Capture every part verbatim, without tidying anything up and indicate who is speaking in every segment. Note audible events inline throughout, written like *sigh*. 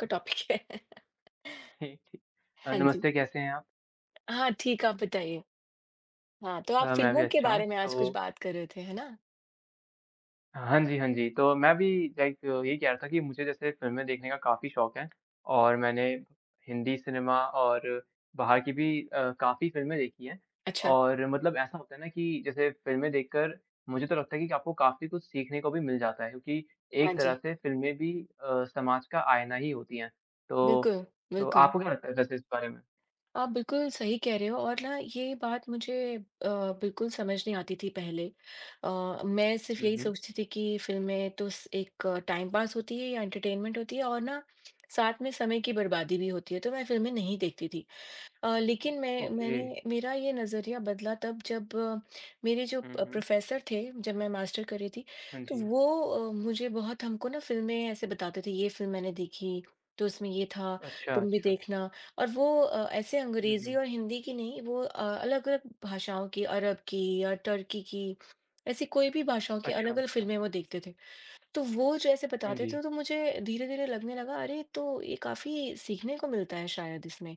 Speaker 1: का टॉपिक है।
Speaker 2: *laughs* ठीक, ठीक।
Speaker 1: *laughs*
Speaker 2: अ,
Speaker 1: हाँ जी।
Speaker 2: नमस्ते कैसे हैं आप?
Speaker 1: हाँ, ठीक आप बताइए। हाँ, तो आप
Speaker 2: अ, मैं भी
Speaker 1: फ़िल्मों के
Speaker 2: अच्छा हूँ।
Speaker 1: बारे में आज कुछ
Speaker 2: तो
Speaker 1: बात कर रहे थे, है ना?
Speaker 2: हाँ जी, हाँ जी। तो मैं भी लाइक यही कह रहा था कि मुझे जैसे फ़िल्में देखने का काफ़ी शौक है और मैंने हिंदी सिनेमा और बाहर की भी अ, काफ़ी फ़िल्में देखी हैं।
Speaker 1: अच्छा,
Speaker 2: और मतलब ऐसा होता है ना कि जैसे फ़िल्में देखकर मुझे तो लगता है कि आपको काफ़ी कुछ सीखने को भी मिल जाता है क्योंकि
Speaker 1: हाँ
Speaker 2: एक तरह
Speaker 1: जी।
Speaker 2: से फ़िल्में भी अ, समाज का आईना ही होती हैं। तो
Speaker 1: बिल्कुल,
Speaker 2: तो
Speaker 1: बिल्कुल।
Speaker 2: आपको क्या लगता है वैसे इस बारे में?
Speaker 1: आप बिल्कुल सही कह रहे हो और ना ये बात मुझे अ, बिल्कुल समझ नहीं आती थी पहले। अ, मैं सिर्फ़
Speaker 2: हुँ,
Speaker 1: यही
Speaker 2: हुँ।
Speaker 1: सोचती थी कि फ़िल्में तो स एक टाइम पास होती है या एंटरटेनमेंट होती है और ना साथ में समय की बर्बादी भी होती है, तो मैं फ़िल्में नहीं देखती थी। अ, लेकिन मैं
Speaker 2: ओके।
Speaker 1: मैंने मेरा ये नज़रिया बदला तब जब अ, मेरे जो
Speaker 2: हुँ,
Speaker 1: प
Speaker 2: हुँ।
Speaker 1: प्रोफ़ेसर थे, जब मैं मास्टर कर रही थी,
Speaker 2: हाँ
Speaker 1: तो
Speaker 2: जी।
Speaker 1: वो अ, मुझे बहुत हमको ना फ़िल्में ऐसे बताते थे, "ये फ़िल्म मैंने देखी, तो उसमें ये था,
Speaker 2: अच्छा,
Speaker 1: तुम भी
Speaker 2: अच्छा।
Speaker 1: देखना।" और वो अ, ऐसे
Speaker 2: हुँ,
Speaker 1: अंग्रेज़ी
Speaker 2: हुँ।
Speaker 1: और हिंदी की नहीं, वो अ, अलग-अलग भाषाओं की, अरब की या टर्की की, ऐसी कोई भी भाषाओं की
Speaker 2: अच्छा,
Speaker 1: अलग-अलग
Speaker 2: अच्छा।
Speaker 1: फ़िल्में वो देखते थे। तो वो जो ऐसे
Speaker 2: हाँ
Speaker 1: बताते
Speaker 2: जी।
Speaker 1: थे, तो मुझे धीरे-धीरे लगने लगा, "अरे! तो ये काफ़ी सीखने को मिलता है शायद इसमें।"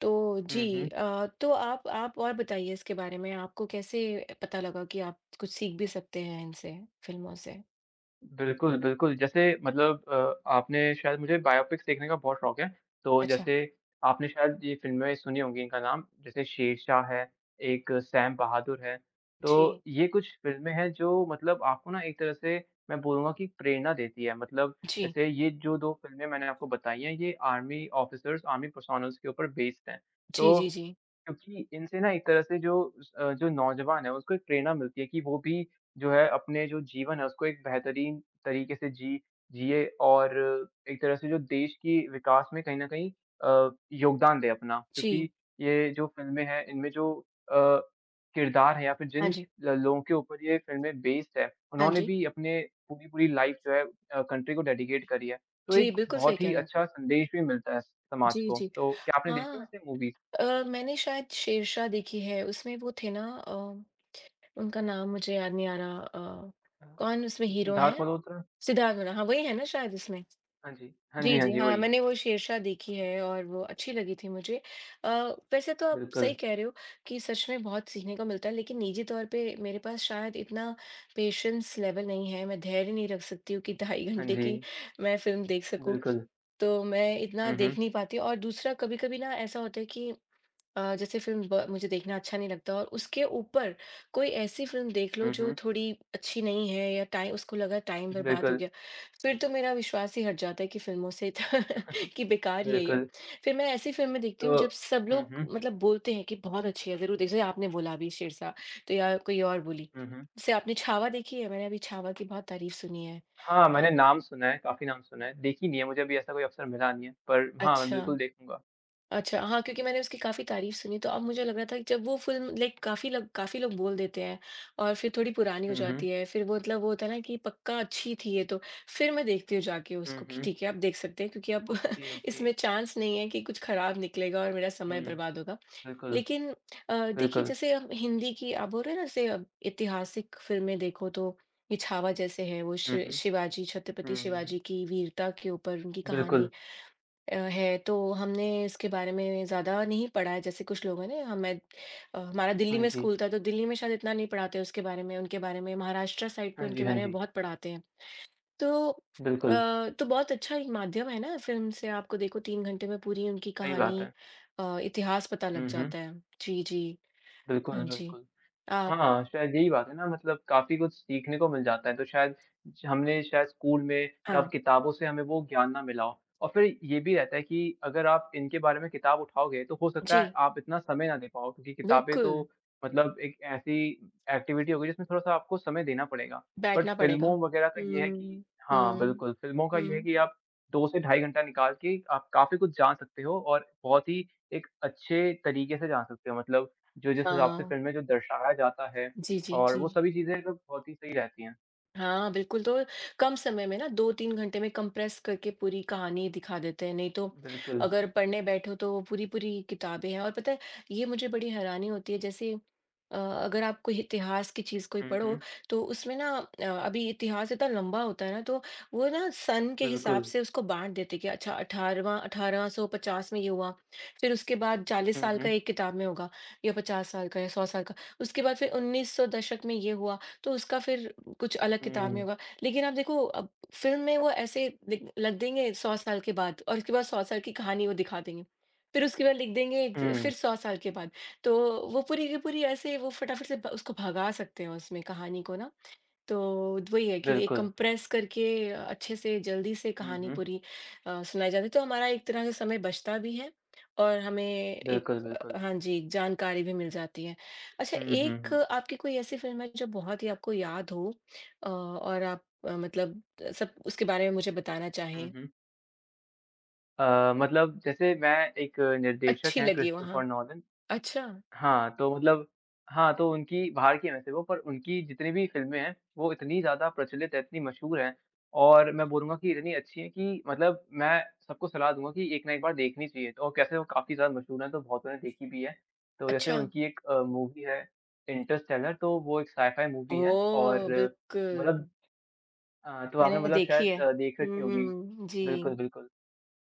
Speaker 1: तो जी
Speaker 2: हुँ, हुँ।
Speaker 1: अ, तो आप आप और बताइए इसके बारे में, आपको कैसे पता लगा कि आप कुछ सीख भी सकते हैं इनसे, फ़िल्मों से?
Speaker 2: बिल्कुल, बिल्कुल। जैसे मतलब अ, आपने शायद मुझे बायोपिक्स देखने का बहुत शौक है। तो
Speaker 1: अच्छा,
Speaker 2: जैसे आपने शायद ये फ़िल्में सुनी होंगी इनका नाम, जैसे शेरशाह है, एक सैम बहादुर है। तो
Speaker 1: जी।
Speaker 2: ये कुछ फ़िल्में हैं जो मतलब आपको ना एक तरह से मैं बोलूँगा कि प्रेरणा देती है। मतलब
Speaker 1: जी।
Speaker 2: जैसे ये जो दो फ़िल्में मैंने आपको बताई हैं, ये आर्मी ऑफ़िसर्स, आर्मी पर्सोनल्स के ऊपर बेस्ड हैं।
Speaker 1: जी, जी,
Speaker 2: तो
Speaker 1: जी।
Speaker 2: क्योंकि इनसे ना एक तरह से जो अ, जो नौजवान है उसको एक प्रेरणा मिलती है कि वो भी जो है अपने जो जीवन है उसको एक बेहतरीन तरीके से जी जिए और एक तरह से जो देश की विकास में कहीं न कहीं अ, योगदान दे अपना। क्योंकि
Speaker 1: जी।
Speaker 2: ये जो फ़िल्में हैं इनमें जो अ, किरदार है या फिर
Speaker 1: हाँ
Speaker 2: जिन
Speaker 1: जी।
Speaker 2: ल लोगों के ऊपर ये फ़िल्में बेस्ड है,
Speaker 1: हाँ
Speaker 2: उन्होंने
Speaker 1: जी।
Speaker 2: भी अपने पूरी-पूरी लाइफ़ जो है अ, कंट्री को डेडिकेट करी है। तो
Speaker 1: जी,
Speaker 2: एक
Speaker 1: बिल्कुल सही
Speaker 2: बहुत
Speaker 1: कह
Speaker 2: ही
Speaker 1: रहे हैं आप।
Speaker 2: अच्छा संदेश भी मिलता है समाज
Speaker 1: जी,
Speaker 2: को।
Speaker 1: जी।
Speaker 2: तो क्या आपने देखी
Speaker 1: हाँ,
Speaker 2: वैसे मूवीज़?
Speaker 1: अ, मैंने शायद शेरशाह देखी है, उसमें वो थे ना अ, उनका नाम मुझे याद नहीं आ रहा अ,
Speaker 2: हाँ,
Speaker 1: कौन उसमें हीरो
Speaker 2: सिद्धार्थ
Speaker 1: हैं?
Speaker 2: मल्होत्रा?
Speaker 1: सिद्धार्थ मल्होत्रा, हाँ, वही है ना शायद उसमें?
Speaker 2: हाँ जी। हाँ जी,
Speaker 1: जी,
Speaker 2: हाँ
Speaker 1: जी।
Speaker 2: जी,
Speaker 1: हाँ,
Speaker 2: वही।
Speaker 1: मैंने वो शेरशाह देखी है और वो अच्छी लगी थी मुझे। अ, वैसे तो आप सही
Speaker 2: बिल्कुल।
Speaker 1: कह रहे हो कि सच में बहुत सीखने को मिलता है, लेकिन निजी तौर पे मेरे पास शायद इतना पेशेंस लेवल नहीं है, मैं धैर्य नहीं रख सकती हूँ कि ढाई
Speaker 2: हाँ
Speaker 1: घंटे की
Speaker 2: जी,
Speaker 1: मैं फ़िल्म देख सकूँ।
Speaker 2: बिल्कुल।
Speaker 1: तो मैं इतना
Speaker 2: हुँ, हुँ।
Speaker 1: देख नहीं पाती और दूसरा कभी-कभी ना ऐसा होता है कि अ, जैसे फ़िल्म ब मुझे देखना अच्छा नहीं लगता और उसके ऊपर कोई ऐसी फ़िल्म देख लो
Speaker 2: हुँ,
Speaker 1: जो
Speaker 2: हुँ।
Speaker 1: थोड़ी अच्छी नहीं है या टाइम उसको लगा टाइम बर्बाद हो
Speaker 2: बिल्कुल,
Speaker 1: गया, फिर तो मेरा विश्वास ही हट जाता है कि फ़िल्मों से *laughs* कि बेकार ही है ये।
Speaker 2: बिल्कुल।
Speaker 1: फिर मैं ऐसी फ़िल्में देखती हूँ
Speaker 2: तो
Speaker 1: जब सब
Speaker 2: हुँ,
Speaker 1: लोग
Speaker 2: हुँ।
Speaker 1: मतलब बोलते हैं कि बहुत अच्छी है, ज़रूर देखिए आपने बोला अभी शेरशाह, तो या कोई और बोली।
Speaker 2: हुँ, हुँ।
Speaker 1: जैसे आपने छावा देखी है? मैंने अभी छावा की बहुत तारीफ़ सुनी है।
Speaker 2: हाँ,
Speaker 1: अ,
Speaker 2: मैंने नाम सुना है, काफ़ी नाम सुना है। देखी नहीं है, मुझे अभी ऐसा कोई अवसर मिला नहीं है, पर हाँ, मैं बिल्कुल
Speaker 1: अच्छा।
Speaker 2: देखूँगा।
Speaker 1: अच्छा, हाँ, क्योंकि मैंने उसकी काफ़ी तारीफ़ सुनी, तो अब मुझे लग रहा था कि जब वो फ़िल्म लाइक काफ़ी लोग काफ़ी लोग बोल देते हैं और फिर थोड़ी पुरानी हो
Speaker 2: हुँ, हुँ।
Speaker 1: जाती है, फिर वो मतलब वो होता है ना कि पक्का अच्छी थी ये तो, फिर मैं देखती हूँ जाके
Speaker 2: हुँ,
Speaker 1: उसको कि
Speaker 2: हुँ।
Speaker 1: ठीक है, अब देख सकते हैं क्योंकि अब
Speaker 2: ओके,
Speaker 1: *laughs*
Speaker 2: ओके।
Speaker 1: इसमें चांस नहीं है कि कुछ खराब निकलेगा और मेरा समय
Speaker 2: हुँ,
Speaker 1: बर्बाद होगा।
Speaker 2: बिल्कुल,
Speaker 1: लेकिन अ, देखिए
Speaker 2: बिल्कुल।
Speaker 1: जैसे अब हिंदी की आप बोल रहे हैं ना जैसे अब ऐतिहासिक फ़िल्में देखो तो ये छावा जैसे है, वो
Speaker 2: हुँ,
Speaker 1: शि
Speaker 2: हुँ।
Speaker 1: शिवाजी छत्रपति
Speaker 2: हुँ,
Speaker 1: शिवाजी की वीरता के ऊपर उनकी कहानी
Speaker 2: बिल्कुल।
Speaker 1: अ, है तो हमने इसके बारे में ज़्यादा नहीं पढ़ा है जैसे कुछ लोग हैं ना हमें अ, हमारा दिल्ली
Speaker 2: हाँ
Speaker 1: में
Speaker 2: जी।
Speaker 1: स्कूल था तो दिल्ली में शायद इतना नहीं पढ़ाते उसके बारे में उनके बारे में महाराष्ट्र साइड पे
Speaker 2: हाँ जी,
Speaker 1: उनके
Speaker 2: हाँ
Speaker 1: बारे में
Speaker 2: जी।
Speaker 1: बहुत पढ़ाते हैं तो
Speaker 2: बिल्कुल,
Speaker 1: अ, तो बहुत अच्छा एक माध्यम है ना फिल्म से आपको देखो तीन घंटे में पूरी उनकी
Speaker 2: सही
Speaker 1: कहानी
Speaker 2: बात है।
Speaker 1: अ, इतिहास पता लग
Speaker 2: हुँ, हुँ।
Speaker 1: जाता है जी, जी। हाँ
Speaker 2: बिल्कुल,
Speaker 1: जी।
Speaker 2: बिल्कुल।
Speaker 1: आप
Speaker 2: हाँ, शायद यही बात है ना मतलब काफ़ी कुछ सीखने को मिल जाता है, तो शायद ज हमने शायद स्कूल में या
Speaker 1: हाँ,
Speaker 2: किताबों से हमें वो ज्ञान ना मिला हो। और फिर ये भी रहता है कि अगर आप इनके बारे में किताब उठाओगे, तो हो सकता है
Speaker 1: जी,
Speaker 2: आप इतना समय ना दे पाओ क्योंकि किताबें
Speaker 1: बिल्कुल
Speaker 2: तो मतलब एक ऐसी एक्टिविटी होगी जिसमें थोड़ा-सा आपको समय देना पड़ेगा। बट
Speaker 1: बैठना पड़ेगा।
Speaker 2: फ़िल्मों वग़ैरह का ये है कि
Speaker 1: हुँ,
Speaker 2: हाँ,
Speaker 1: हुँ,
Speaker 2: बिल्कुल, फ़िल्मों का ये है
Speaker 1: हुँ।
Speaker 2: कि आप दो से ढाई घंटा निकाल के आप काफ़ी कुछ जान सकते हो और बहुत ही एक अच्छे तरीके से जान सकते हो मतलब जो जिस हिसाब से
Speaker 1: हाँ,
Speaker 2: फ़िल्म में जो दर्शाया जाता है
Speaker 1: जी, जी,
Speaker 2: और
Speaker 1: जी।
Speaker 2: वो सभी चीज़ें तो बहुत ही सही रहती हैं।
Speaker 1: हाँ, बिल्कुल, तो कम समय में ना दो तीन घंटे में कंप्रेस करके पूरी कहानी दिखा देते हैं, नहीं तो
Speaker 2: बिल्कुल।
Speaker 1: अगर पढ़ने बैठो तो वो पूरी-पूरी किताबें हैं और पता है, ये मुझे बड़ी हैरानी होती है जैसे अ, अगर आप कोई इतिहास की चीज़ कोई
Speaker 2: हुँ,
Speaker 1: पढ़ो,
Speaker 2: हुँ,
Speaker 1: तो उसमें ना अ, अभी इतिहास इतना लंबा होता है ना तो वो ना सन के हिसाब
Speaker 2: बिल्कुल।
Speaker 1: से उसको बाँट देते हैं कि अच्छा 18वाँ अठारह सौ पचास में ये हुआ, फिर उसके बाद चालीस
Speaker 2: हुँ,
Speaker 1: साल का
Speaker 2: हुँ,
Speaker 1: एक किताब में होगा या पचास साल का या सौ साल का, उसके बाद फिर उन्नीस सौ दशक में ये हुआ। तो उसका फिर कुछ अलग किताब में
Speaker 2: हुँ,
Speaker 1: होगा। लेकिन आप देखो अब फ़िल्म में वो ऐसे दिख लग देंगे सौ साल के बाद और उसके बाद सौ साल की कहानी वो दिखा देंगे। फिर उसके बाद लिख देंगे एक
Speaker 2: हुँ,
Speaker 1: फिर सौ साल के बाद। तो वो पूरी की पूरी ऐसे वो फटाफट से भ उसको भगा सकते हैं उसमें कहानी को ना। तो वही है कि एक
Speaker 2: बिल्कुल।
Speaker 1: कंप्रेस करके अच्छे से जल्दी से
Speaker 2: हुँ,
Speaker 1: कहानी
Speaker 2: हुँ,
Speaker 1: पूरी अ, सुनाई जाती है तो हमारा एक तरह से समय बचता भी है और हमें
Speaker 2: बिल्कुल,
Speaker 1: एक
Speaker 2: बिल्कुल।
Speaker 1: अ, हाँ जी एक जानकारी भी मिल जाती है। अच्छा
Speaker 2: हुँ, हुँ,
Speaker 1: एक
Speaker 2: हुँ,
Speaker 1: आपकी कोई ऐसी फ़िल्म है जो बहुत ही आपको याद हो अ, और आप अ, मतलब सब उसके बारे में मुझे बताना
Speaker 2: हुँ,
Speaker 1: चाहें?
Speaker 2: हुँ। अ, मतलब जैसे मैं एक निर्देशक
Speaker 1: अच्छी
Speaker 2: हैं
Speaker 1: लगी हो
Speaker 2: क्रिस्टोफर
Speaker 1: हाँ।
Speaker 2: नॉलन
Speaker 1: अच्छा,
Speaker 2: हाँ, तो मतलब हाँ, तो उनकी बाहर की हैं वैसे वो पर उनकी जितनी भी फ़िल्में हैं, वो इतनी ज़्यादा प्रचलित हैं, इतनी मशहूर हैं और मैं बोलूँगा कि इतनी अच्छी हैं कि मतलब मैं सबको सलाह दूँगा कि एक ना एक बार देखनी चाहिए। तो और कैसे वो काफ़ी ज़्यादा मशहूर हैं, तो बहुतों ने देखी भी है। तो जैसे
Speaker 1: अच्छा।
Speaker 2: उनकी एक अ, मूवी है इंटरस्टेलर तो वो एक साइ-फाई मूवी है
Speaker 1: ओह!
Speaker 2: और
Speaker 1: बिल्कुल,
Speaker 2: मतलब अ, तो आपने
Speaker 1: मैंने
Speaker 2: मतलब
Speaker 1: देखी
Speaker 2: शायद
Speaker 1: है।
Speaker 2: अ, देख रखी होगी।
Speaker 1: हुँ,
Speaker 2: बिल्कुल,
Speaker 1: जी।
Speaker 2: बिल्कुल।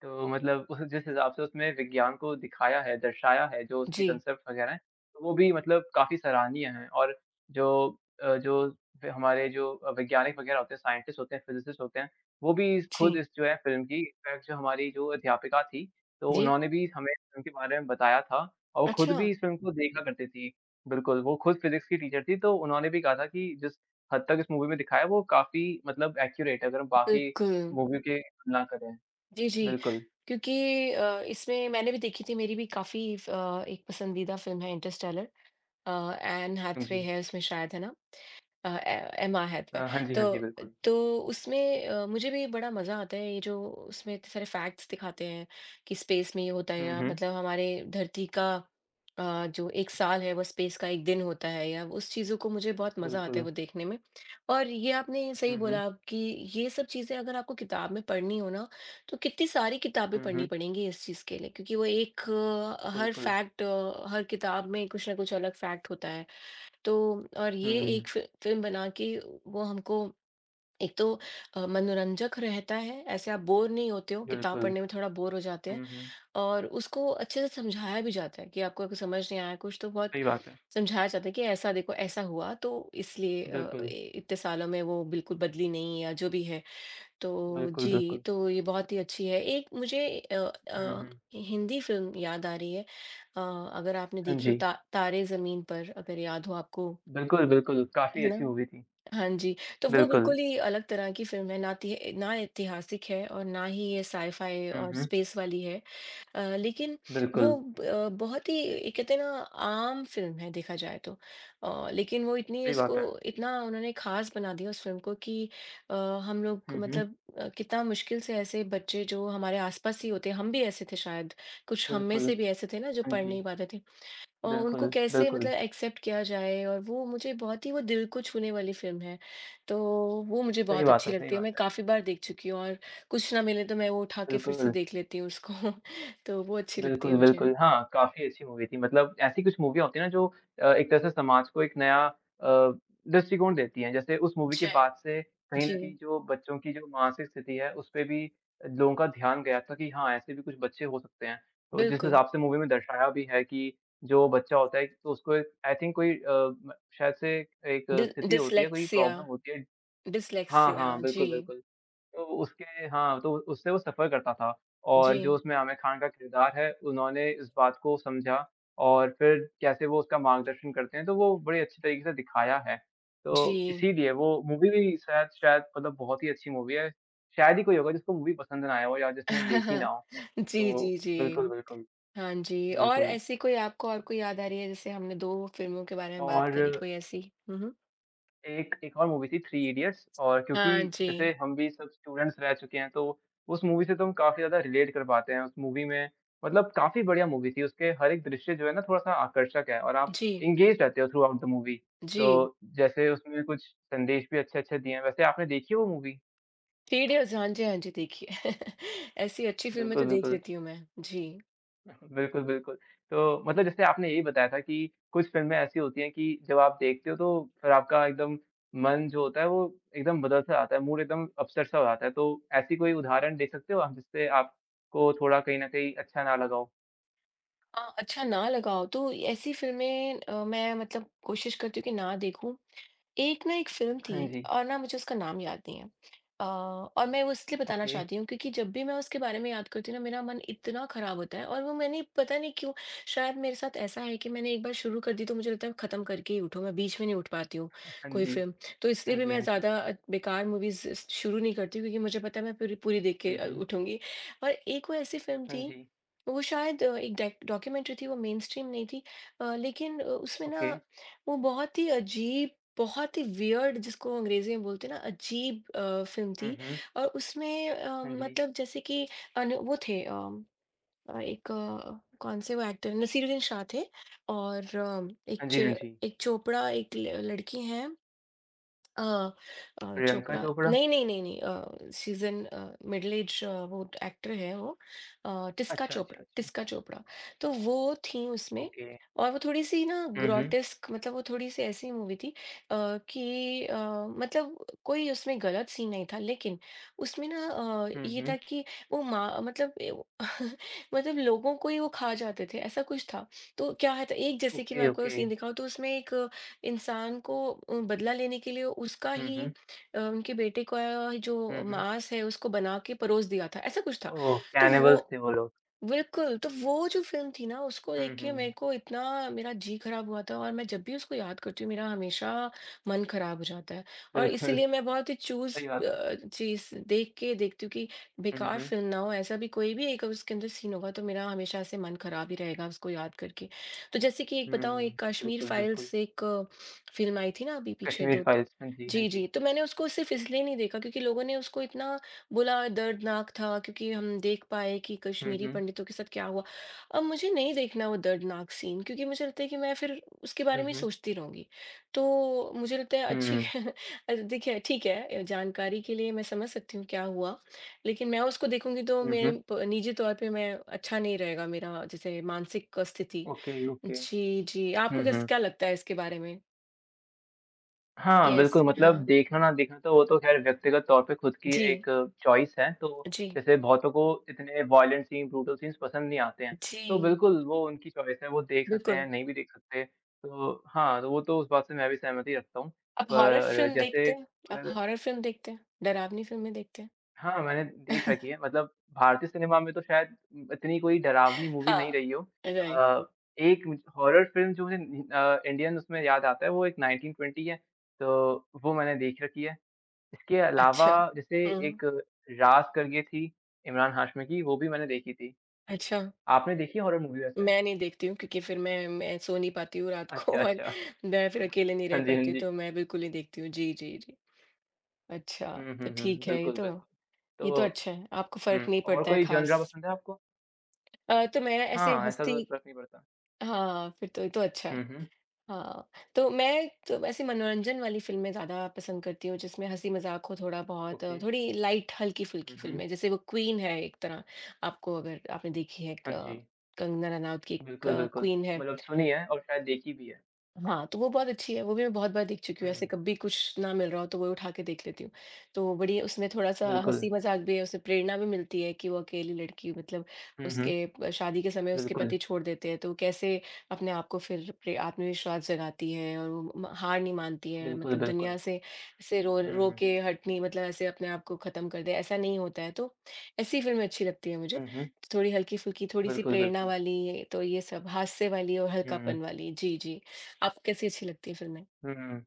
Speaker 2: तो मतलब उस जिस हिसाब से उसमें विज्ञान को दिखाया है, दर्शाया है, जो उसके
Speaker 1: जी,
Speaker 2: कंसेप्ट वगैरह हैं, तो वो भी मतलब काफ़ी सराहनीय हैं और जो अ, जो फ़िर हमारे जो अ, वैज्ञानिक वगैरह होते हैं, साइंटिस्ट होते हैं, फ़िज़िसिस्ट होते हैं, वो भी इस खुद
Speaker 1: जी,
Speaker 2: इस जो है फ़िल्म की इनफ़ैक्ट जो हमारी जो अध्यापिका थी, तो
Speaker 1: जी।
Speaker 2: उन्होंने भी हमें फ़िल्म के बारे में बताया था और वो खुद
Speaker 1: अच्छा।
Speaker 2: भी इस फ़िल्म को देखा करती थी। बिल्कुल, वो खुद फ़िज़िक्स की टीचर थी, तो उन्होंने भी कहा था कि जिस हद तक इस मूवी में दिखाया है, वो काफ़ी मतलब एक्यूरेट है, अगर हम बाकी
Speaker 1: बिल्कुल।
Speaker 2: मूवी की तुलना करें।
Speaker 1: जी, जी।
Speaker 2: बिल्कुल।
Speaker 1: क्योंकि अ, इसमें मैंने भी देखी थी मेरी भी काफ़ी फ़ अ, एक पसंदीदा फ़िल्म है इंटरस्टेलर अ, ऐन
Speaker 2: हाँ
Speaker 1: हैथवे
Speaker 2: जी।
Speaker 1: है उसमें शायद, है ना? अ, ए एमाहत
Speaker 2: अ,
Speaker 1: में।
Speaker 2: हाँ जी,
Speaker 1: तो
Speaker 2: हाँ जी, बिल्कुल।
Speaker 1: तो उसमें अ, मुझे भी बड़ा मज़ा आता है ये जो उसमें इतने सारे फैक्ट्स दिखाते हैं कि स्पेस में ये होता है
Speaker 2: हुँ,
Speaker 1: या
Speaker 2: हुँ,
Speaker 1: मतलब हमारे धरती का अ, जो एक साल है वो स्पेस का एक दिन होता है या उस चीज़ों को मुझे बहुत मज़ा आता है
Speaker 2: बिल्कुल।
Speaker 1: वो देखने में। और ये आपने सही
Speaker 2: हुँ, हुँ,
Speaker 1: बोला आप कि ये सब चीज़ें अगर आपको किताब में पढ़नी हो ना, तो कितनी सारी किताबें
Speaker 2: हुँ,
Speaker 1: पढ़नी
Speaker 2: हुँ,
Speaker 1: पड़ेंगी इस चीज़ के लिए क्योंकि वो एक अ, हर
Speaker 2: बिल्कुल।
Speaker 1: फैक्ट हर किताब में कुछ ना कुछ अलग फैक्ट होता है। तो और ये एक
Speaker 2: हुँ,
Speaker 1: फि फ़िल्म बना के वो हमको एक तो अ, मनोरंजक रहता है, ऐसे आप बोर नहीं होते हो, किताब
Speaker 2: बिल्कुल।
Speaker 1: पढ़ने में थोड़ा बोर हो जाते हैं
Speaker 2: हुँ, हुँ,
Speaker 1: और उसको अच्छे से समझाया भी जाता है कि आपको अगर समझ नहीं आया कुछ तो बहुत
Speaker 2: सही बात है।
Speaker 1: समझाया जाता है कि ऐसा देखो ऐसा हुआ तो इसलिए अ,
Speaker 2: बिल्कुल,
Speaker 1: ए इतने सालों में वो बिल्कुल बदली नहीं या जो भी है। तो
Speaker 2: बिल्कुल,
Speaker 1: जी,
Speaker 2: बिल्कुल।
Speaker 1: तो ये बहुत ही अच्छी है। एक मुझे अ
Speaker 2: हुँ,
Speaker 1: अ,
Speaker 2: हुँ,
Speaker 1: हिंदी फ़िल्म याद आ रही है अ, अगर आपने
Speaker 2: हाँ
Speaker 1: देखी हो
Speaker 2: जी।
Speaker 1: ता तारे ज़मीन पर अगर याद हो आपको,
Speaker 2: बिल्कुल, बिल्कुल, काफ़ी
Speaker 1: है ना?
Speaker 2: अच्छी मूवी थी।
Speaker 1: हाँ जी, तो वो
Speaker 2: बिल्कुल।
Speaker 1: बिल्कुल ही अलग तरह की फ़िल्म है, ना ति ना ऐतिहासिक है और ना ही ये साइ-फाई
Speaker 2: हुँ,
Speaker 1: और
Speaker 2: हुँ,
Speaker 1: स्पेस वाली है। अ, लेकिन वो
Speaker 2: बिल्कुल,
Speaker 1: ब अ, बहुत ही ये कहते हैं ना आम फ़िल्म है देखा जाए तो। अ, लेकिन वो इतनी
Speaker 2: सही
Speaker 1: उसको
Speaker 2: बात है।
Speaker 1: इतना उन्होंने ख़ास बना दिया उस फ़िल्म को कि अ, हम लोग
Speaker 2: हुँ, हुँ,
Speaker 1: मतलब अ, कितना मुश्किल से ऐसे बच्चे जो हमारे आस-पास ही होते हैं, हम भी ऐसे थे शायद, कुछ हम में
Speaker 2: बिल्कुल।
Speaker 1: से भी ऐसे थे ना जो
Speaker 2: हाँ
Speaker 1: पढ़
Speaker 2: जी,
Speaker 1: नहीं पाते थे। और उनको
Speaker 2: बिल्कुल,
Speaker 1: कैसे
Speaker 2: बिल्कुल।
Speaker 1: मतलब एक्सेप्ट किया जाए और वो मुझे बहुत ही वो दिल को छूने वाली फ़िल्म है। तो वो मुझे
Speaker 2: सही
Speaker 1: बहुत
Speaker 2: बात है,
Speaker 1: अच्छी
Speaker 2: सही
Speaker 1: लगती है,
Speaker 2: बात
Speaker 1: मैं
Speaker 2: है।
Speaker 1: काफ़ी बार देख चुकी हूँ और कुछ ना मिले तो मैं वो उठा के फिर से
Speaker 2: बिल्कुल।
Speaker 1: देख लेती हूँ उसको। *laughs* तो वो अच्छी लगती है
Speaker 2: बिल्कुल,
Speaker 1: मुझे।
Speaker 2: बिल्कुल। हाँ, काफ़ी अच्छी मूवी थी। मतलब ऐसी कुछ मूवियाँ होती हैं ना जो अ, एक तरह से समाज को एक नया अ, दृष्टिकोण देती हैं। जैसे उस मूवी के
Speaker 1: अच्छा।
Speaker 2: बाद से कहीं न
Speaker 1: जी,
Speaker 2: कहीं जो बच्चों की जो मानसिक स्थिति है, उसपे भी लोगों का ध्यान गया था कि हाँ, ऐसे भी कुछ बच्चे हो सकते हैं। तो जिस
Speaker 1: बिल्कुल।
Speaker 2: हिसाब से मूवी में दर्शाया भी है कि जो बच्चा होता है तो उसको एक आई थिंक कोई अ, म शायद से एक
Speaker 1: डि
Speaker 2: स्थिति होती है, कोई
Speaker 1: डिस्लेक्सिया
Speaker 2: प्रॉब्लम होती है। हाँ,
Speaker 1: डिस्लेक्सिया
Speaker 2: हाँ। बिल्कुल,
Speaker 1: जी,
Speaker 2: बिल्कुल। तो उसके हाँ, तो उससे वो सफ़र करता था और जो
Speaker 1: जी,
Speaker 2: उसमें आमिर खान का किरदार है, उन्होंने इस बात को समझा और फिर कैसे वो उसका मार्गदर्शन करते हैं, तो वो बड़े अच्छे तरीके से दिखाया है। तो
Speaker 1: जी।
Speaker 2: इसीलिए वो मूवी भी शायद शायद मतलब बहुत ही अच्छी मूवी है। शायद ही कोई होगा जिसको मूवी पसंद ना आया हो या जिसने देखी ना
Speaker 1: *laughs*
Speaker 2: हो।
Speaker 1: जी,
Speaker 2: तो
Speaker 1: जी, जी।
Speaker 2: बिल्कुल, बिल्कुल,
Speaker 1: हाँ जी, और
Speaker 2: बिल्कुल
Speaker 1: ऐसी कोई आपको और कोई याद आ रही है जैसे हमने दो फ़िल्मों के बारे में बात करी,
Speaker 2: और
Speaker 1: कोई ऐसी? हुँ, हुँ।
Speaker 2: एक एक और मूवी थी थ्री इडियट्स और क्योंकि
Speaker 1: हाँ
Speaker 2: जैसे
Speaker 1: जी।
Speaker 2: हम भी सब स्टूडेंट्स रह चुके हैं, तो उस मूवी से तो हम काफ़ी ज़्यादा रिलेट कर पाते हैं। उस मूवी में मतलब काफ़ी बढ़िया मूवी थी, उसके हर एक दृश्य जो है ना थोड़ा-सा आकर्षक है और आप
Speaker 1: जी,
Speaker 2: एंगेज रहते हो थ्रू आउट द मूवी।
Speaker 1: जी।
Speaker 2: तो जैसे उसमें कुछ संदेश भी अच्छे-अच्छे दिए हैं। वैसे आपने देखी है वो मूवी?
Speaker 1: थ्री इडियट्स, हाँ जी, हाँ जी, देखिए। *laughs* ऐसी अच्छी फ़िल्में
Speaker 2: बिल्कुल,
Speaker 1: तो देख
Speaker 2: बिल्कुल।
Speaker 1: लेती हूँ मैं। जी।
Speaker 2: बिल्कुल, बिल्कुल। तो मतलब जैसे आपने यही बताया था कि कुछ फ़िल्में ऐसी होती हैं कि जब आप देखते हो तो फिर आपका एकदम मन जो होता है वो एकदम बदल-सा जाता है, मूड एकदम अपसेट सा हो जाता है। तो ऐसी कोई उदाहरण दे सकते हो आप जिससे आपको थोड़ा कहीं न कहीं अच्छा ना लगा हो?
Speaker 1: अ, अच्छा ना लगा हो तो ऐसी फ़िल्में अ, मैं मतलब कोशिश करती हूँ कि ना देखूँ। एक ना एक फ़िल्म थी
Speaker 2: हाँ जी,
Speaker 1: और ना मुझे उसका नाम याद नहीं है। अ, और मैं वो इसलिए बताना
Speaker 2: ओके।
Speaker 1: चाहती हूँ क्योंकि जब भी मैं उसके बारे में याद करती हूँ ना मेरा मन इतना ख़राब होता है। और वो मैंने पता नहीं क्यों, शायद मेरे साथ ऐसा है कि मैंने एक बार शुरू कर दी तो मुझे लगता है ख़त्म करके ही उठो, मैं बीच में नहीं उठ पाती हूँ
Speaker 2: हाँ
Speaker 1: कोई
Speaker 2: जी।
Speaker 1: फ़िल्म। तो इसलिए
Speaker 2: हाँ
Speaker 1: भी
Speaker 2: जी,
Speaker 1: मैं
Speaker 2: हाँ जी।
Speaker 1: ज़्यादा अ, बेकार मूवीज़ शुरू नहीं करती हूँ, क्योंकि मुझे पता है मैं पूरी पूरी देख के
Speaker 2: हुँ,
Speaker 1: अ,
Speaker 2: हुँ।
Speaker 1: उठूँगी। और एक वो ऐसी फ़िल्म
Speaker 2: हाँ
Speaker 1: थी,
Speaker 2: जी,
Speaker 1: वो शायद अ, एक डेक डॉक्यूमेंट्री थी। वो मेन स्ट्रीम नहीं थी। अ, लेकिन अ, उसमें ना
Speaker 2: ओके।
Speaker 1: वो बहुत ही अजीब, बहुत ही वियर्ड जिसको अंग्रेज़ी में बोलते हैं ना, अजीब अ, फ़िल्म
Speaker 2: हुँ,
Speaker 1: थी।
Speaker 2: हुँ।
Speaker 1: और उसमें अ,
Speaker 2: हाँ जी।
Speaker 1: मतलब जैसे कि अनु वो थे अम, अ, एक, अ, कौन से वो एक्टर नसीरुद्दीन शाह थे। और अ, एक
Speaker 2: हाँ
Speaker 1: च
Speaker 2: जी, हाँ जी।
Speaker 1: एक चोपड़ा, एक ल लड़की हैं। अ अ,
Speaker 2: प्रियंका
Speaker 1: चोपड़ा
Speaker 2: चोपड़ा?
Speaker 1: नहीं, नहीं, नहीं, नहीं, uh, season uh, middle age. वो एक्टर है वो, अ, टिस्का
Speaker 2: अच्छा,
Speaker 1: चोपड़ा,
Speaker 2: अच्छा, अच्छा।
Speaker 1: टिस्का चोपड़ा। तो वो थीं उसमें।
Speaker 2: ओके।
Speaker 1: और वो थोड़ी-सी ना
Speaker 2: हुँ, हुँ।
Speaker 1: ग्रोटेस्क, मतलब वो थोड़ी-सी ऐसी मूवी थी। अ, कि अ, मतलब कोई उसमें गलत सीन नहीं था, लेकिन उसमें ना अ,
Speaker 2: हुँ,
Speaker 1: ये
Speaker 2: हुँ।
Speaker 1: था कि वो माँ मतलब ए वो *laughs* मतलब लोगों को ही वो खा जाते थे, ऐसा कुछ था। तो क्या है? तो एक, जैसे कि मैं
Speaker 2: ओके,
Speaker 1: आपको
Speaker 2: ओके।
Speaker 1: सीन दिखाऊँ, तो उसमें एक इंसान को अ, बदला लेने के लिए उसका
Speaker 2: हुँ,
Speaker 1: ही
Speaker 2: हुँ।
Speaker 1: अ, उनके बेटे का
Speaker 2: हुँ,
Speaker 1: जो
Speaker 2: हुँ।
Speaker 1: मांस है उसको बना के परोस दिया था, ऐसा कुछ था।
Speaker 2: ओह!
Speaker 1: तो
Speaker 2: कैनिबल्स
Speaker 1: वो
Speaker 2: थे वो लोग।
Speaker 1: बिल्कुल, तो वो जो फ़िल्म थी ना उसको देख
Speaker 2: हुँ,
Speaker 1: के मेरे
Speaker 2: हुँ।
Speaker 1: को इतना मेरा जी ख़राब हुआ था। और मैं जब भी उसको याद करती हूँ मेरा हमेशा मन ख़राब हो जाता है। और
Speaker 2: बिल्कुल,
Speaker 1: इसीलिए मैं बहुत ही चूज़
Speaker 2: सही बात है।
Speaker 1: अ, चीज़ देख के देखती हूँ कि
Speaker 2: हुँ,
Speaker 1: बेकार
Speaker 2: हुँ,
Speaker 1: फ़िल्म ना हो। ऐसा भी कोई भी एक उसके अंदर सीन होगा तो मेरा हमेशा से मन ख़राब ही रहेगा उसको याद करके। तो जैसे कि एक बताऊँ,
Speaker 2: हुँ।
Speaker 1: एक कश्मीर
Speaker 2: बिल्कुल, बिल्कुल।
Speaker 1: फाइल्स, एक फ़िल्म आई थी ना अभी पीछे
Speaker 2: कश्मीर
Speaker 1: दो।
Speaker 2: फाइल्स, हाँ जी, हाँ
Speaker 1: जी,
Speaker 2: जी।
Speaker 1: जी, तो मैंने उसको सिर्फ़ इसलिए नहीं देखा क्योंकि लोगों ने उसको इतना बुरा और दर्दनाक था क्योंकि हम देख पाए कि
Speaker 2: हुँ,
Speaker 1: कश्मीरी
Speaker 2: हुँ,
Speaker 1: पंडितों के साथ क्या हुआ। अब मुझे नहीं देखना वो दर्दनाक सीन क्योंकि मुझे लगता है कि मैं फिर उसके
Speaker 2: हुँ,
Speaker 1: बारे में ही
Speaker 2: हुँ।
Speaker 1: सोचती रहूँगी। तो मुझे लगता है अच्छी
Speaker 2: हुँ,
Speaker 1: *laughs* अ, देखिए ठीक है, जानकारी के लिए मैं समझ सकती हूँ क्या हुआ, लेकिन मैं उसको देखूँगी तो
Speaker 2: हुँ,
Speaker 1: मेरे
Speaker 2: हुँ।
Speaker 1: प निजी तौर पे मैं अच्छा नहीं रहेगा मेरा, जैसे मानसिक स्थिति।
Speaker 2: Okay, okay.
Speaker 1: जी, जी। आपको
Speaker 2: हुँ,
Speaker 1: कैस
Speaker 2: हुँ।
Speaker 1: क्या लगता है इसके बारे में?
Speaker 2: हाँ,
Speaker 1: यस,
Speaker 2: बिल्कुल मतलब
Speaker 1: हाँ।
Speaker 2: देखना ना देखना तो वो तो ख़ैर व्यक्तिगत तौर पे खुद की
Speaker 1: जी,
Speaker 2: एक चॉइस है, तो
Speaker 1: जी,
Speaker 2: जैसे बहुतों को इतने वॉयलेंट सीन, ब्रूटल सीन्स पसंद नहीं आते हैं, तो
Speaker 1: जी।
Speaker 2: बिल्कुल वो उनकी चॉइस है, वो देख सकते हैं,
Speaker 1: बिल्कुल।
Speaker 2: नहीं भी देख सकते। तो हाँ, तो वो तो उस बात से मैं भी सहमति रखता हूँ।
Speaker 1: आप हॉरर
Speaker 2: पर
Speaker 1: फ़िल्म
Speaker 2: जैसे
Speaker 1: देखते हैं? आप
Speaker 2: अगर
Speaker 1: हॉरर फ़िल्म देखते हैं? डरावनी फ़िल्में देखते हैं?
Speaker 2: हाँ, मैंने देख रखी
Speaker 1: *laughs*
Speaker 2: है मतलब भारतीय सिनेमा में तो शायद इतनी कोई डरावनी मूवी नहीं
Speaker 1: हाँ,
Speaker 2: रही हो।
Speaker 1: राइट,
Speaker 2: अ, एक मुझ हॉरर फ़िल्म जो मुझे अ, इंडियन उसमें याद आता है वो एक नाइंटीन ट्वेंटी है, तो वो मैंने देख रखी है। इसके अलावा
Speaker 1: अच्छा।
Speaker 2: जैसे
Speaker 1: हुँ,
Speaker 2: एक राज करके थी इमरान हाशमी की, वो भी मैंने देखी थी।
Speaker 1: अच्छा।
Speaker 2: आपने देखी है हॉरर मूवी वैसे?
Speaker 1: मैं नहीं देखती हूँ क्योंकि फिर मैं मैं सो नहीं पाती हूँ रात को।
Speaker 2: अच्छा,
Speaker 1: *laughs* और
Speaker 2: अच्छा।
Speaker 1: मैं फिर अकेले नहीं रह
Speaker 2: हाँ जी, हाँ
Speaker 1: पाती हूँ,
Speaker 2: जी।
Speaker 1: तो मैं बिल्कुल नहीं देखती हूँ। जी, जी, जी। अच्छा,
Speaker 2: हुँ, हुँ,
Speaker 1: तो
Speaker 2: हुँ।
Speaker 1: ठीक है ये
Speaker 2: बिल्कुल,
Speaker 1: तो,
Speaker 2: बिल्कुल।
Speaker 1: ये तो
Speaker 2: तो
Speaker 1: अच्छा है, आपको
Speaker 2: हुँ,
Speaker 1: फ़र्क नहीं
Speaker 2: और
Speaker 1: पड़ता है
Speaker 2: कोई
Speaker 1: ख़ास।
Speaker 2: जॉनरा पसंद है आपको?
Speaker 1: अ, तो मैं ऐसे
Speaker 2: हाँ, ऐसा
Speaker 1: हँसती —
Speaker 2: तो फ़र्क नहीं पड़ता।
Speaker 1: हाँ, फिर तो ये तो अच्छा है।
Speaker 2: हुँ, हुँ।
Speaker 1: हाँ, तो मैं तो वैसे मनोरंजन वाली फ़िल्में ज़्यादा पसंद करती हूँ जिसमें हँसी-मज़ाक हो थोड़ा-बहुत,
Speaker 2: ओके।
Speaker 1: थोड़ी लाइट
Speaker 2: हुँ,
Speaker 1: हल्की-फुल्की
Speaker 2: हुँ।
Speaker 1: फ़िल्में, जैसे वो क्वीन है एक तरह। आपको अगर आपने देखी है,
Speaker 2: हाँ
Speaker 1: क
Speaker 2: जी।
Speaker 1: कंगना रनावत की एक
Speaker 2: बिल्कुल, बिल्कुल।
Speaker 1: क्वीन है।
Speaker 2: मतलब सुनी है और शायद देखी भी है।
Speaker 1: हाँ, तो वो बहुत अच्छी है, वो भी मैं बहुत बार देख चुकी हूँ,
Speaker 2: हुँ,
Speaker 1: ऐसे कभी कुछ ना मिल रहा हो तो वो उठा के देख लेती हूँ। तो बड़ी उसमें थोड़ा-सा
Speaker 2: बिल्कुल।
Speaker 1: हँसी-मज़ाक भी है, उसे प्रेरणा भी मिलती है कि वो अकेली लड़की मतलब
Speaker 2: हुँ, हुँ।
Speaker 1: उसके प शादी के समय उसके
Speaker 2: बिल्कुल,
Speaker 1: पति छोड़ देते हैं, तो वो कैसे अपने आप को फिर प्रे आत्मविश्वास जगाती है और वो म हार नहीं मानती है,
Speaker 2: बिल्कुल,
Speaker 1: मतलब
Speaker 2: बिल्कुल।
Speaker 1: दुनिया से ऐसे रो
Speaker 2: हुँ,
Speaker 1: रो
Speaker 2: हुँ।
Speaker 1: के हटनी, मतलब ऐसे अपने आप को ख़त्म कर दे, ऐसा नहीं होता है। तो ऐसी फ़िल्में अच्छी लगती हैं मुझे,
Speaker 2: हुँ, हुँ।
Speaker 1: थोड़ी हल्की-फुल्की, थोड़ी-सी
Speaker 2: बिल्कुल,
Speaker 1: प्रेरणा
Speaker 2: बिल्कुल।
Speaker 1: वाली, तो ये सब हास्य वाली और
Speaker 2: हुँ, हुँ।
Speaker 1: हल्कापन वाली। जी, जी। आपको कैसी अच्छी लगती है फ़िल्में?
Speaker 2: हुँ, हुँ।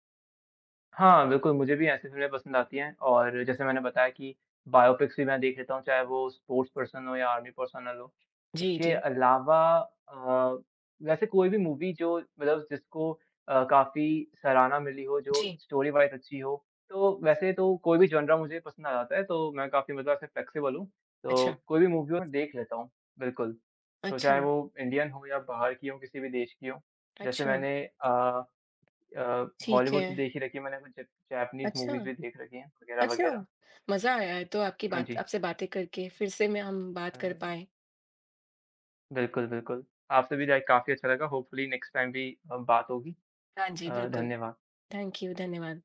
Speaker 2: हाँ, बिल्कुल, मुझे भी ऐसी फ़िल्में पसंद आती हैं और जैसे मैंने बताया कि बायोपिक्स भी मैं देख लेता हूँ, चाहे वो स्पोर्ट्स पर्सन हो या आर्मी पर्सनल हो।
Speaker 1: जी,
Speaker 2: उसके
Speaker 1: जी।
Speaker 2: अलावा अ, वैसे कोई भी मूवी जो मतलब जिसको अ, काफ़ी सराहना मिली हो, जो
Speaker 1: जी,
Speaker 2: स्टोरी वाइज़ अच्छी हो, तो वैसे तो कोई भी जॉनरा मुझे पसंद आ जाता है, तो मैं काफ़ी मतलब ऐसे फ्लेक्सिबल हूँ,
Speaker 1: अच्छा,
Speaker 2: तो कोई भी मूवी हो मैं देख लेता हूँ, बिल्कुल। तो
Speaker 1: अच्छा,
Speaker 2: चाहे वो इंडियन हो या बाहर की हो, किसी भी देश की हो। जैसे
Speaker 1: अच्छा,
Speaker 2: मैंने अ अ,
Speaker 1: ठीक
Speaker 2: हॉलीवुड
Speaker 1: है।
Speaker 2: तो देख ही रखी है मैंने, कुछ ज जैपनीज़
Speaker 1: अच्छा,
Speaker 2: मूवीज़ भी देख रखी हैं
Speaker 1: अच्छा,
Speaker 2: वगैरह-वगैरह।
Speaker 1: मज़ा आया है तो आपकी
Speaker 2: हाँ
Speaker 1: बात
Speaker 2: जी।
Speaker 1: आपसे बातें करके, फिर से मैं हम बात
Speaker 2: अ,
Speaker 1: कर पाएँ।
Speaker 2: बिल्कुल, बिल्कुल। आपसे भी राय काफ़ी अच्छा लगा, होपफुली नेक्स्ट टाइम भी अ, बात होगी।
Speaker 1: हाँ जी,
Speaker 2: अ,
Speaker 1: बिल्कुल।
Speaker 2: धन्यवाद।
Speaker 1: थैंक यू, धन्यवाद।